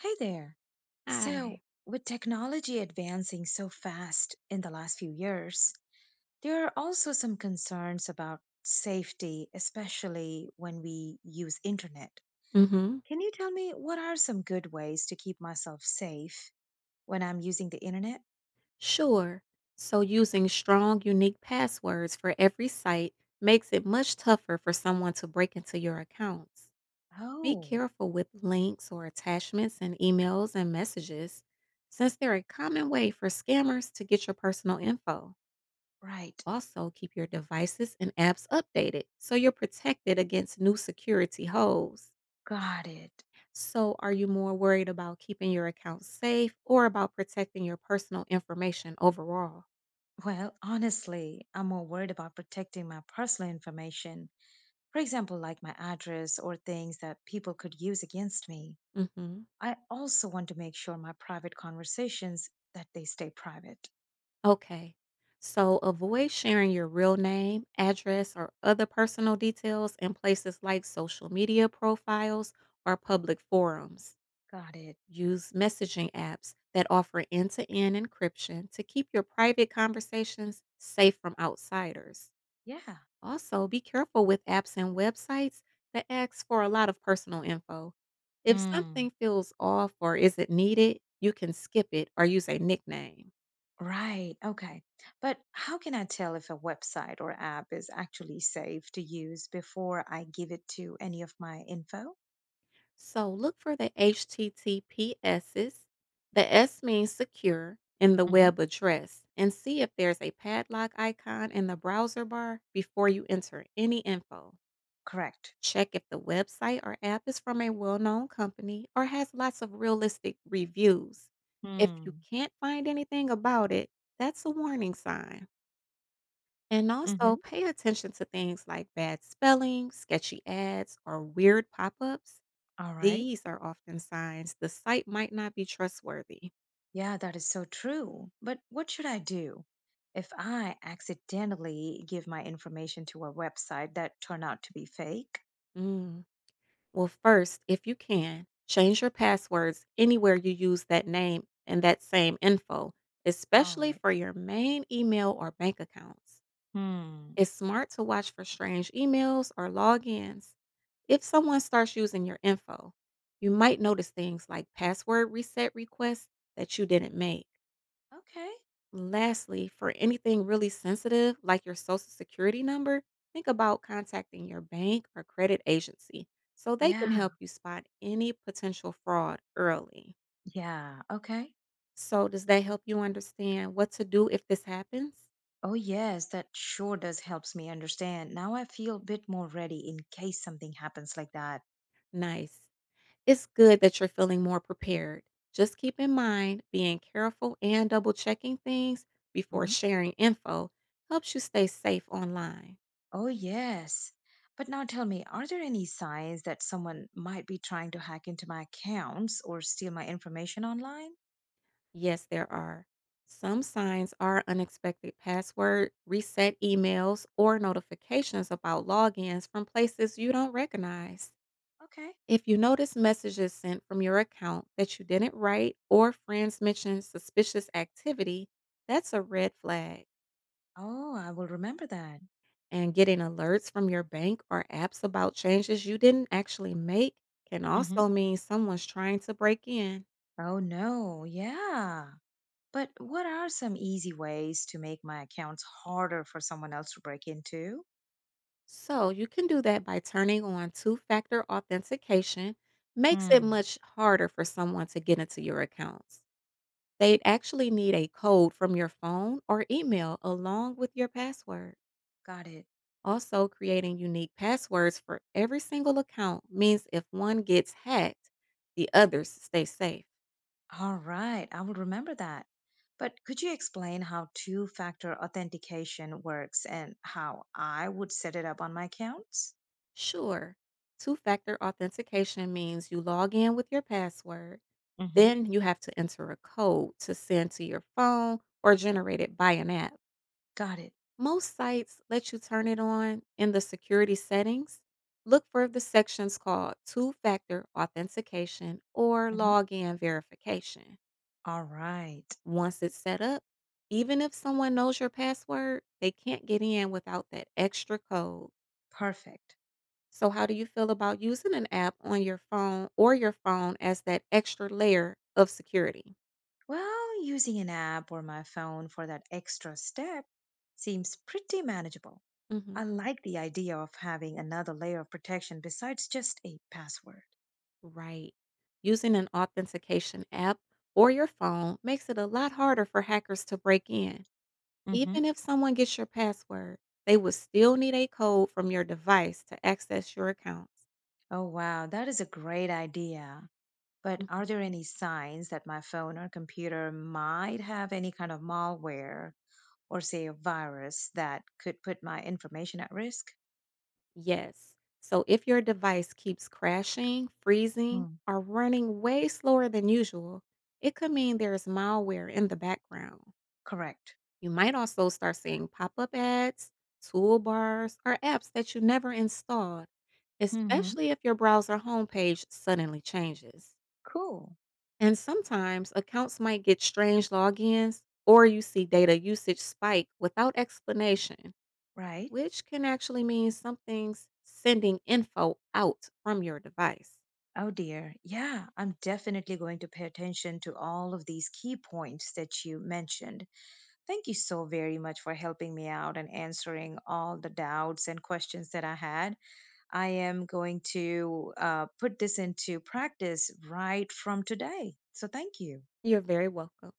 Hey there. Hi. So, with technology advancing so fast in the last few years, there are also some concerns about safety, especially when we use internet. Mhm. Can you tell me what are some good ways to keep myself safe when I'm using the internet? Sure. So using strong, unique passwords for every site makes it much tougher for someone to break into your accounts. Be Oh, careful with links or attachments in emails and messages, since they're a common way for scammers to get your personal info. right. Also, keep your devices and apps updated so you're protected against new security holes. Got it. So, are you more worried about keeping your account safe or about protecting your personal information overall? Well, honestly, I'm more worried about protecting my personal information, for example, like my address or things that people could use against me. Mhm. I also want to make sure my private conversations that they stay private. Okay. So, avoid sharing your real name, address, or other personal details in places like social media profiles or public forums. Got it. Use messaging apps that offer end to end encryption to keep your private conversations safe from outsiders. Yeah. Also, be careful with apps and websites that ask for a lot of personal info. If Hmm. something feels off or isn't needed, you can skip it or use a nickname. Right. Okay. But how can I tell if a website or app is actually safe to use before I give it to any of my info? So look for the HTTPSs. The S means secure in the Hmm. web address and see if there's a padlock icon in the browser bar before you enter any info. Correct. Check if the website or app is from a well known company or has lots of realistic reviews. If you Hmm. can't find anything about it, that's a warning sign. And also Mm-hmm. pay attention to things like bad spelling, sketchy ads, or weird pop ups. All right. These are often signs the site might not be trustworthy. Yeah, that is so true. But what should I do if I accidentally give my information to a website that turned out to be fake? Mm. Well, first, if you can, change your passwords anywhere you use that name and that same info, All especially right. for your main email or bank accounts. Hmm. It's smart to watch for strange emails or logins. If someone starts using your info, you might notice things like password reset requests that you didn't make. Okay. Lastly, for anything really sensitive like your social security number, think about contacting your bank or credit agency so they can Yeah, help you spot any potential fraud early. yeah. Okay. So, does that help you understand what to do if this happens? Oh, yes, that sure does helps me understand. Now I feel a bit more ready in case something happens like that. Nice. It's good that you're feeling more prepared. Just keep in mind being careful and double checking things before Hmm. sharing info helps you stay safe online. Oh, yes. But now tell me, are there any signs that someone might be trying to hack into my accounts or steal my information online? Yes, there are. Some signs are unexpected password, reset emails, or notifications about logins from places you don't recognize. Okay. If you notice messages sent from your account that you didn't write or friends mention suspicious activity, that's a red flag. Oh, I will remember that. And getting alerts from your bank or apps about changes you didn't actually make can Hmm. also mean someone's trying to break in. Oh, no. Yeah. But what are some easy ways to make my accounts harder for someone else to break into? So you can do that by turning on two factor authentication, makes it Hmm. much harder for someone to get into your accounts. They'd actually need a code from your phone or email along with your password. Got it. Also, creating unique passwords for every single account means if one gets hacked, the others stay safe. All right, I will remember that. But could you explain how two factor authentication works and how I would set it up on my accounts? Sure, two factor authentication means you log in with your password. Hmm. Then you have to enter a code to send to your phone or generate it by an app. Got it. Most sites let you turn it on in the security settings. Look for the sections called two factor authentication or Hmm. login verification. All right, Once it's set up, even if someone knows your password, they can't get in without that extra code. perfect. So, how do you feel about using an app on your phone or your phone as that extra layer of security? Well, using an app or my phone for that extra step seems pretty manageable. Mhm. I like the idea of having another layer of protection besides just a password. Right. Using an authentication app or your phone makes it a lot harder for hackers to break in. Hmm. Even if someone gets your password, they would still need a code from your device to access your accounts. Oh, wow, that is a great idea. But are Mhm. there any signs that my phone or computer might have any kind of malware or, say, a virus that could put my information at risk? Yes. So if your device keeps crashing, freezing, Mm. or running way slower than usual, it could mean there's malware in the background. Correct. You might also start seeing pop up ads, toolbars, or apps that you never installed, Mm-hmm. especially if your browser homepage suddenly changes. Cool. And sometimes accounts might get strange logins or you see data usage spike without explanation, Right? which can actually mean something's sending info out from your device. Oh dear. Yeah, I'm definitely going to pay attention to all of these key points that you mentioned. Thank you so very much for helping me out and answering all the doubts and questions that I had. I am going to put this into practice right from today. So, thank you. You're very welcome.